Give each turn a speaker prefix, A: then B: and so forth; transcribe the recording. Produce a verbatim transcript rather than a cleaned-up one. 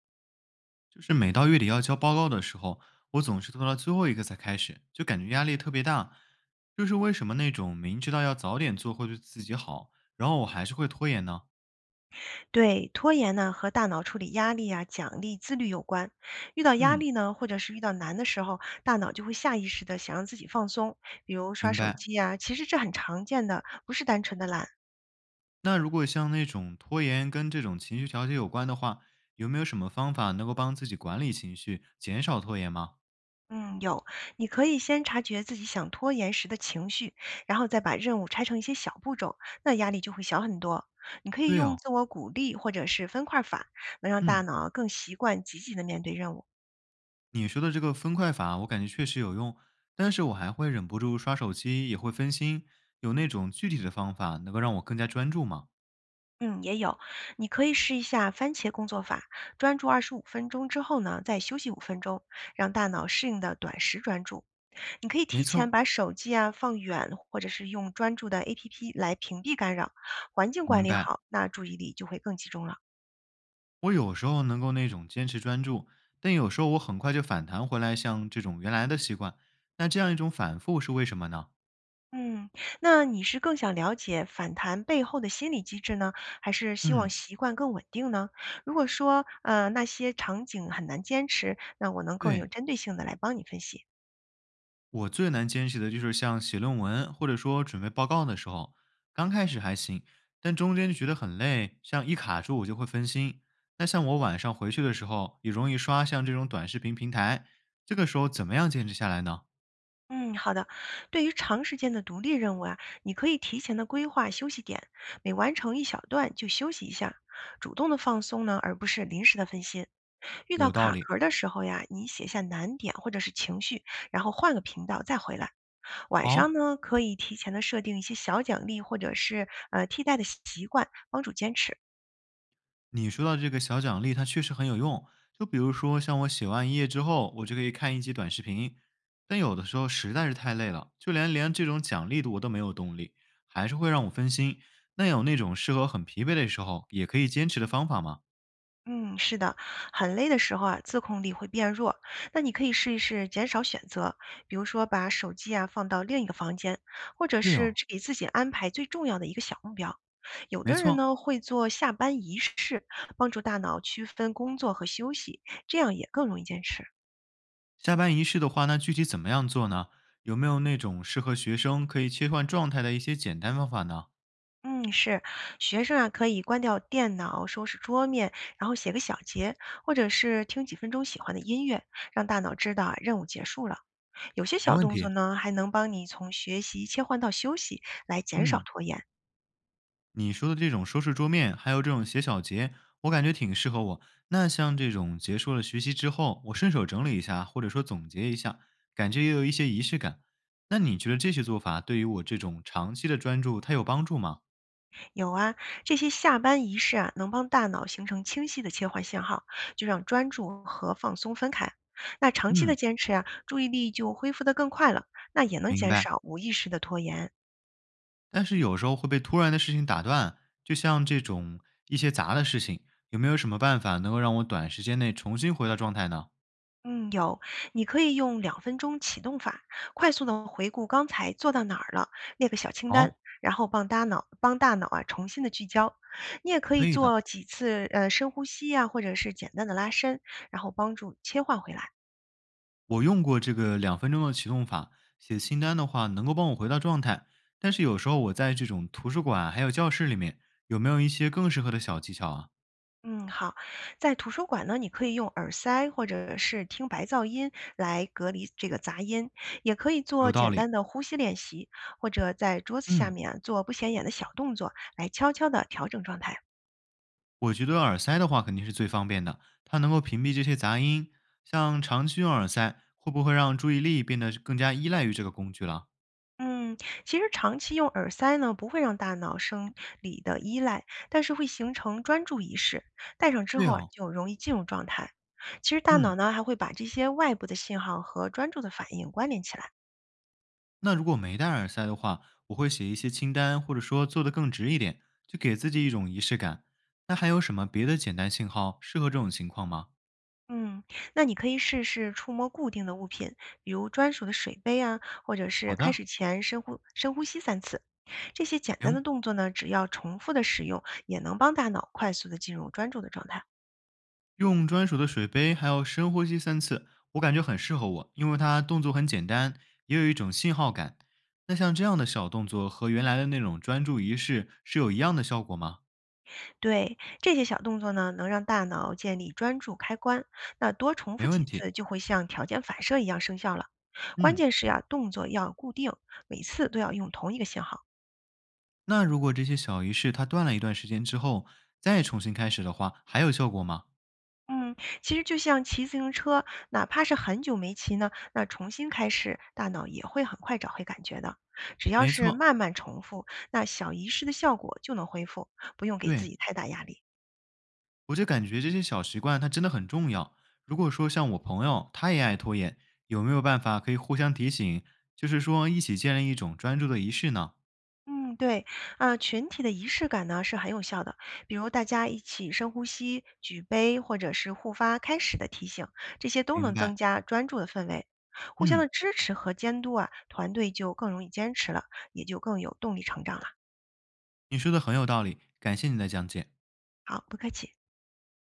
A: 就是每到月底要交报告的时候，我总是拖到最后一个才开始，就感觉压力特别大。就是为什么那种明知道要早点做会对自己好，然后我还是会拖延呢？
B: 对，拖延呢和大脑处理压力啊、奖励、自律有关。遇到压
A: 嗯，
B: 力呢，或者是遇到难的时候，大脑就会下意识的想让自己放松，比如刷
A: 明
B: 手
A: 白。
B: 机啊。其实这很常见的，不是单纯的懒。
A: 那如果像那种拖延跟这种情绪调节有关的话，有没有什么方法能够帮自己管理情绪，减少拖延吗？
B: 嗯，有，你可以先察觉自己想拖延时的情绪，然后再把任务拆成一些小步骤，那压力就会小很多。你可以
A: 对
B: 用
A: 哦，
B: 自我鼓励或者是分块法，能让大
A: 嗯，
B: 脑更习惯积极的面对任务。
A: 你说的这个分块法，我感觉确实有用，但是我还会忍不住刷手机，也会分心。有那种具体的方法能够让我更加专注吗？
B: 嗯，也有，你可以试一下番茄工作法，专注二十五分钟之后呢，再休息五分钟，让大脑适应的短时专注。你可以
A: 没
B: 提前
A: 错，
B: 把手机啊放远，或者是用专注的 A P P 来屏蔽干扰，环境管
A: 明
B: 理
A: 白。
B: 好，那注意力就会更集中了。
A: 我有时候能够那种坚持专注，但有时候我很快就反弹回来，像这种原来的习惯。那这样一种反复是为什么呢？
B: 嗯，那你是更想了解反弹背后的心理机制呢，还是希望
A: 嗯，
B: 习惯更稳定呢？如果说呃那些场景很难坚持，那我能更有
A: 对，
B: 针对性的来帮你分析。
A: 我最难坚持的就是像写论文或者说准备报告的时候，刚开始还行，但中间就觉得很累，像一卡住我就会分心。那像我晚上回去的时候，也容易刷像这种短视频平台，这个时候怎么样坚持下来呢？
B: 嗯，好的。对于长时间的独立任务啊，你可以提前的规划休息点，每完成一小段就休息一下，主动的放松呢，而不是临时的分心。遇到
A: 有道
B: 卡
A: 理。
B: 壳儿的时候呀，你写下难点或者是情绪，然后换个频道再回来。晚
A: 好，
B: 上呢，可以提前的设定一些小奖励或者是呃替代的习惯，帮助坚持。
A: 你说到这个小奖励，它确实很有用。就比如说，像我写完一页之后，我就可以看一集短视频。但有的时候实在是太累了，就连连这种奖励的我都没有动力，还是会让我分心。那有那种适合很疲惫的时候也可以坚持的方法吗？
B: 嗯，是的，很累的时候啊，自控力会变弱。那你可以试一试减少选择，比如说把手机啊放到另一个房间，或者
A: 对
B: 是
A: 哦，
B: 只给自己安排最重要的一个小目标。有
A: 没
B: 的人
A: 错。
B: 呢会做下班仪式，帮助大脑区分工作和休息，这样也更容易坚持。
A: 下班仪式的话，那具体怎么样做呢？有没有那种适合学生可以切换状态的一些简单方法呢？
B: 嗯，是，学生啊可以关掉电脑，收拾桌面，然后写个小结，或者是听几分钟喜欢的音乐，让大脑知道啊任务结束了。有些
A: 没
B: 小
A: 问
B: 动
A: 题。
B: 作呢，还能帮你从学习切换到休息，来减少
A: 嗯，
B: 拖延。
A: 你说的这种收拾桌面，还有这种写小结，我感觉挺适合我。那像这种结束了学习之后，我顺手整理一下，或者说总结一下，感觉也有一些仪式感。那你觉得这些做法对于我这种长期的专注，它有帮助吗？
B: 有啊，这些下班仪式啊，能帮大脑形成清晰的切换信号，就让专注和放松分开。那长期的
A: 嗯，
B: 坚持啊，注意力就恢复得更快了，那也能
A: 明
B: 减
A: 白。
B: 少无意识的拖延。
A: 但是有时候会被突然的事情打断，就像这种一些杂的事情，有没有什么办法能够让我短时间内重新回到状态呢？
B: 嗯，有，你可以用两分钟启动法，快速的回顾刚才做到哪儿了，列个小清单，
A: 哦，
B: 然后帮大脑帮大脑啊重新的聚焦。你也可
A: 可
B: 以
A: 以的。
B: 做几次呃深呼吸呀、或者是简单的拉伸，然后帮助切换回来。
A: 我用过这个两分钟的启动法，写清单的话能够帮我回到状态。但是有时候我在这种图书馆还有教室里面，有没有一些更适合的小技巧啊？
B: 嗯，好，在图书馆呢，你可以用耳塞或者是听白噪音来隔离这个杂音，也可以做
A: 有道
B: 简
A: 理。
B: 单的呼吸练习，或者在桌子下
A: 嗯，
B: 面啊做不显眼的小动作来悄悄的调整状态。
A: 我觉得耳塞的话肯定是最方便的，它能够屏蔽这些杂音。像长期用耳塞，会不会让注意力变得更加依赖于这个工具了？
B: 嗯，其实长期用耳塞呢，不会让大脑生理的依赖，但是会形成专注意识。戴上之
A: 对
B: 后啊，
A: 哦，
B: 就容易进入状态。其实大
A: 嗯。
B: 脑呢，还会把这些外部的信号和专注的反应关联起来。
A: 那如果没戴耳塞的话，我会写一些清单，或者说做得更直一点，就给自己一种仪式感。那还有什么别的简单信号适合这种情况吗？
B: 嗯，那你可以试试触摸固定的物品，比如专属的水杯啊，或者是
A: 好
B: 开
A: 的，
B: 始前深呼深呼吸三次。这些简单的
A: 行，
B: 动作呢，只要重复的使用，也能帮大脑快速的进入专注的状态。
A: 用专属的水杯，还有深呼吸三次，我感觉很适合我，因为它动作很简单，也有一种信号感。那像这样的小动作和原来的那种专注仪式是有一样的效果吗？
B: 对，这些小动作呢，能让大脑建立专注开关。那多重
A: 没
B: 复
A: 问
B: 几次，
A: 题。
B: 就会像条件反射一样生效了。关
A: 嗯，
B: 键是呀、动作要固定，每次都要用同一个信号。
A: 那如果这些小仪式它断了一段时间之后，再重新开始的话，还有效果吗？
B: 嗯，其实就像骑自行车，哪怕是很久没骑呢，那重新开始，大脑也会很快找回感觉的。只要
A: 没
B: 是
A: 错，
B: 慢慢重复，那小仪式的效果就能恢复，不用给自
A: 对，
B: 己太大压力。
A: 我就感觉这些小习惯它真的很重要。如果说像我朋友他也爱拖延，有没有办法可以互相提醒，就是说一起建立一种专注的仪式呢？
B: 嗯，对，啊，群体的仪式感呢是很有效的，比如大家一起深呼吸、举杯，或者是互发开始的提醒，这些都
A: 明
B: 能
A: 白，
B: 增加专注的氛围。互相
A: 嗯，
B: 的支持和监督啊，团队就更容易坚持了，也就更有动力成长了。
A: 你说的很有道理，感谢你的讲解。
B: 好，不客气。